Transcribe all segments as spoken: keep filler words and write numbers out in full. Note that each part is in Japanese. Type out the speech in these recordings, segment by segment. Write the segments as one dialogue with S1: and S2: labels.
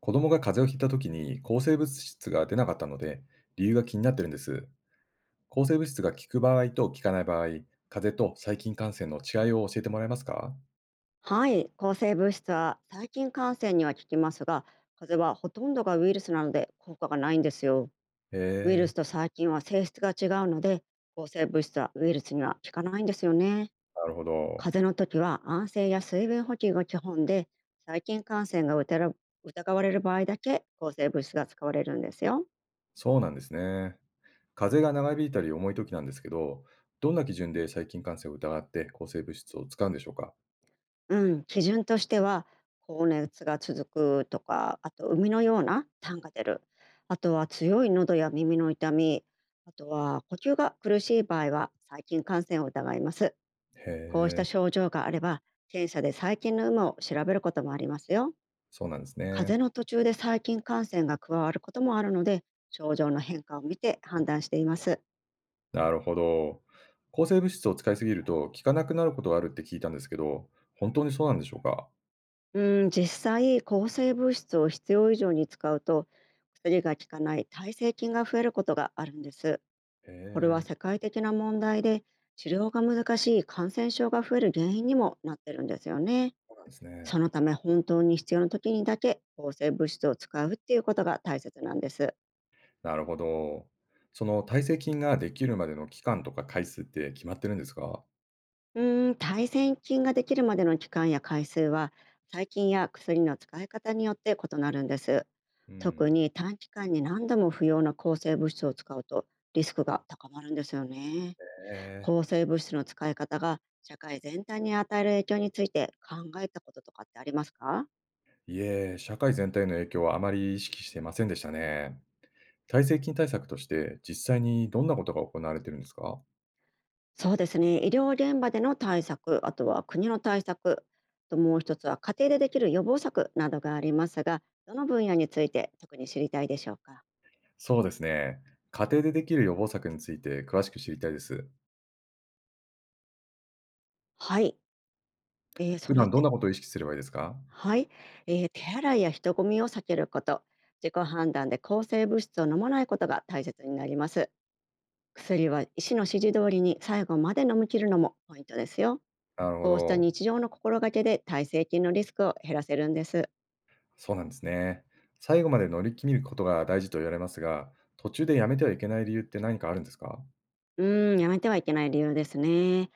S1: 子供が風邪をひいた時に抗生物質が出なかったので、理由が気になってるんです。抗生物質が効く場合と効かない場合、風邪と細菌感染の違いを教えてもらえますか？
S2: はい、抗生物質は細菌感染には効きますが、風邪はほとんどがウイルスなので効果がないんですよ。
S1: へ
S2: ウイルスと
S1: え。
S2: 細菌は性質が違うので、抗生物質はウイルスには効かないんですよね。
S1: なるほど。
S2: 風邪の時は安静や水分補給が基本で、細菌感染が疑わ疑われる場合だけ抗生物質が使われるんですよ。
S1: そうなんですね。風邪が長引いたり重い時なんですけど、どんな基準で細菌感染を疑って抗生物質を使うんでしょうか？
S2: うん、基準としては高熱が続くとか、あと海のような痰が出る、あとは強い喉や耳の痛み、あとは呼吸が苦しい場合は細菌感染を疑います。
S1: へ
S2: こうした
S1: え。
S2: 症状があれば、検査で細菌の有無を調べることもありますよ。
S1: そうなんです
S2: 風
S1: ね。
S2: 邪の途中で細菌感染が加わることもあるので、症状の変化を見て判断しています。
S1: なるほど。抗生物質を使いすぎると効かなくなることがあるって聞いたんですけど、本当にそうなんでしょうか？
S2: うん、実際、抗生物質を必要以上に使うと、薬が効かない耐性菌が増えることがあるんです。
S1: へ
S2: これは
S1: え。
S2: 世界的な問題で、治療が難しい感染症が増える原因にもなってるんですよね。
S1: そうなんです
S2: そ
S1: ね。
S2: のため、本当に必要な時にだけ抗生物質を使うっていうことが大切なんです。
S1: なるほど。その耐性菌ができるまでの期間とか回数って決まってるんですか？
S2: うーん、耐性菌ができるまでの期間や回数は、細菌や薬の使い方によって異なるんです。
S1: う
S2: 特
S1: ん。
S2: に短期間に何度も不要な抗生物質を使うとリスクが高まるんですよね。
S1: ええ、
S2: 抗生物質の使い方が社会全体に与える影響について考えたこととかってありますか？
S1: いえ、社会全体の影響はあまり意識していませんでしたね。耐性菌対策として実際にどんなことが行われてるんですか？
S2: そうですね。医療現場での対策、あとは国の対策、ともう一つは家庭でできる予防策などがありますが、どの分野について特に知りたいでしょうか？
S1: そうですね。家庭でできる予防策について詳しく知りたいです。
S2: はい。えー、そ
S1: 普
S2: れっ
S1: 段どん
S2: て、
S1: なことを意識すればいいですか？
S2: はい、えー、手洗いや人混みを避けること、自己判断で抗生物質を飲まないことが大切になります。薬は医師の指示通りに最後まで飲み切るのもポイントですよ。
S1: なるほ
S2: こうした
S1: ど。
S2: 日常の心がけで耐性菌のリスクを減らせるんです。
S1: そうなんですね。最後まで乗り切ることが大事と言われますが、途中でやめてはいけない理由って何かあるんですか？
S2: うーん、やめてはいけない理由ですね。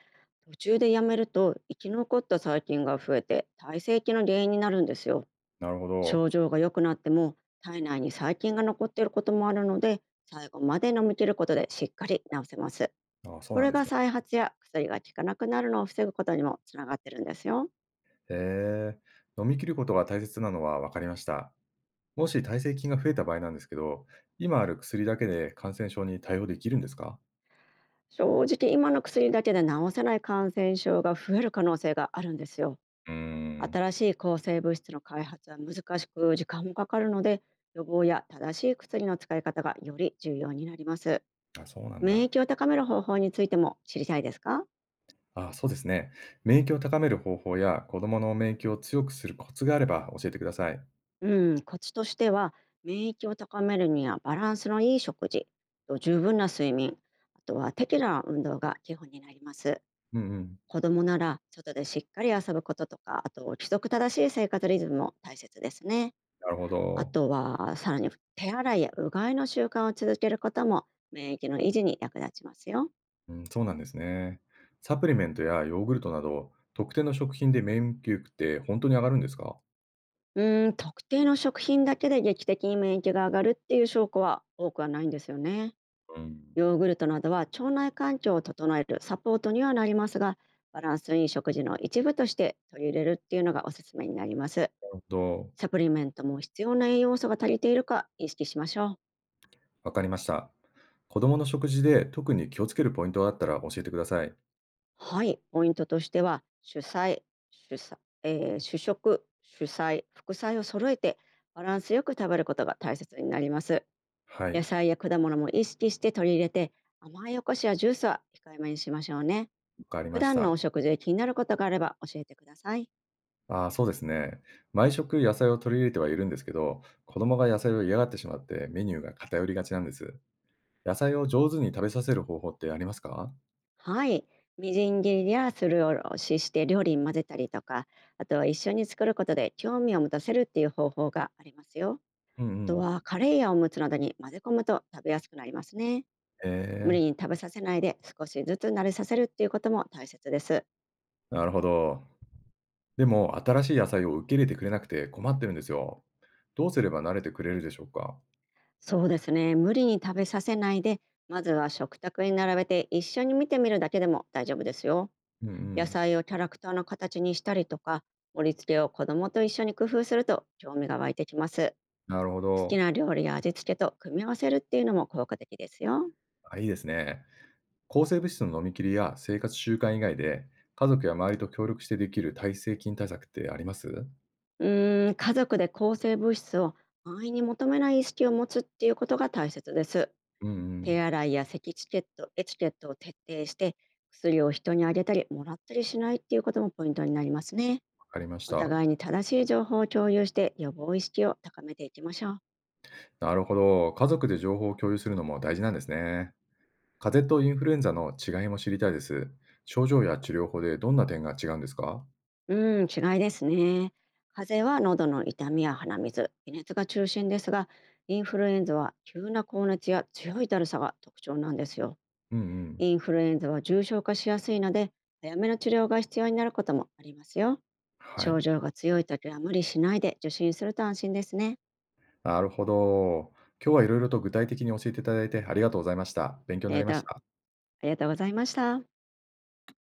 S2: 途中でやめると生き残った細菌が増えて耐性菌の原因になるんですよ。
S1: なるほ
S2: 症
S1: ど。
S2: 状が良くなっても体内に細菌が残っていることもあるので、最後まで飲み切ることでしっかり治せます。
S1: あ、そう
S2: こ
S1: なん
S2: れ
S1: で
S2: が
S1: すね。
S2: 再発や薬が効かなくなるのを防ぐことにもつながってるんですよ。
S1: へえ、飲み切ることが大切なのは分かりました。もし耐性菌が増えた場合なんですけど、今ある薬だけで感染症に対応できるんですか？
S2: 正直今の薬だけで治せない感染症が増える可能性があるんですよ。
S1: うーん、
S2: 新しい抗生物質の開発は難しく時間もかかるので、予防や正しい薬の使い方がより重要になります。
S1: あ、そうなん
S2: 免
S1: だ。
S2: 疫を高める方法についても知りたいですか？
S1: あ、そうですね。免疫を高める方法や子供の免疫を強くするコツがあれば教えてください。
S2: うん、コツとしては、免疫を高めるにはバランスのいい食事と十分な睡眠、あとは適度な運動が基本になります。
S1: うんうん、
S2: 子供なら外でしっかり遊ぶこととか、あと規則正しい生活リズムも大切ですね。
S1: なるほ
S2: あ
S1: ど。
S2: とはさらに手洗いやうがいの習慣を続けることも免疫の維持に役立ちますよ。
S1: うん、そうなんですね。サプリメントやヨーグルトなど、特定の食品で免疫力って本当に上がるんですか？
S2: うーん、特定の食品だけで劇的に免疫が上がるっていう証拠は多くはないんですよね。
S1: うん。
S2: ヨーグルトなどは腸内環境を整えるサポートにはなりますが、バランスいい食事の一部として取り入れるっていうのがおすすめになります。
S1: なるほど。
S2: サプリメントも必要な栄養素が足りているか意識しましょう。
S1: わかりました。子供の食事で特に気をつけるポイントがあったら教えてください。
S2: はい、ポイントとしては、主菜、主菜、えー主食、主菜、副菜を揃えてバランスよく食べることが大切になります。
S1: はい、
S2: 野
S1: わ
S2: 菜や果物も意識して取り入れて、甘いお菓子やジュースは控えめにしましょうね。
S1: かり
S2: 普
S1: まし
S2: 段のお
S1: た。
S2: 食事で気になることがあれば教えてください。
S1: ああ、そうですね。毎食野菜を取り入れてはいるんですけど、子供が野菜を嫌がってしまってメニューが偏りがちなんです。野菜を上手に食べさせる方法ってありますか？
S2: はい。みじん切りやすりおろしして料理に混ぜたりとか、あとは一緒に作ることで興味を持たせるっていう方法がありますよ。
S1: うんう
S2: あと
S1: ん。
S2: はカレーやおむつなどに混ぜ込むと食べやすくなりますね。無理に
S1: え
S2: 食べさせないで少しずつ慣れさせるっていうことも大切です。
S1: え、なるほど。でも、新しい野菜を受け入れてくれなくて困ってるんですよ。どうすれば慣れてくれるでしょうか？
S2: そうですね。無理に食べさせないで、まずは食卓に並べて一緒に見てみるだけでも大丈夫ですよ。
S1: うんう
S2: 野
S1: ん。
S2: 菜をキャラクターの形にしたりとか、盛り付けを子供と一緒に工夫すると興味が湧いてきます。
S1: なるほ
S2: 好き
S1: ど。
S2: な料理や味付けと組み合わせるっていうのも効果的ですよ。
S1: あ、いいですね。抗生物質の飲み切りや生活習慣以外で、家族や周りと協力してできる耐性菌対策ってあります？
S2: うーん、家族で抗生物質を安易に求めない意識を持つっていうことが大切です。
S1: うんう
S2: 手
S1: ん、
S2: 洗いや咳チケット、エチケットを徹底して、薬を人にあげたり、もらったりしないっていうこともポイントになりますね。
S1: わかりまし
S2: お
S1: た。
S2: 互いに正しい情報を共有して、予防意識を高めていきましょう。
S1: なるほど。家族で情報を共有するのも大事なんですね。風邪とインフルエンザの違いも知りたいです。症状や治療法でどんな点が違うんですか？
S2: うん、違いですね。風邪は喉の痛みや鼻水、微熱が中心ですが、インフルエンザは急な高熱や強いだるさが特徴なんですよ。
S1: うんうん。
S2: インフルエンザは重症化しやすいので、早めの治療が必要になることもありますよ。
S1: はい。
S2: 症状が強い時は無理しないで受診すると安心ですね。
S1: なるほど。今日はいろいろと具体的に教えていただいてありがとうございました。勉強にな
S2: デー
S1: りま
S2: タ
S1: し
S2: あ
S1: た。
S2: りがとうございました。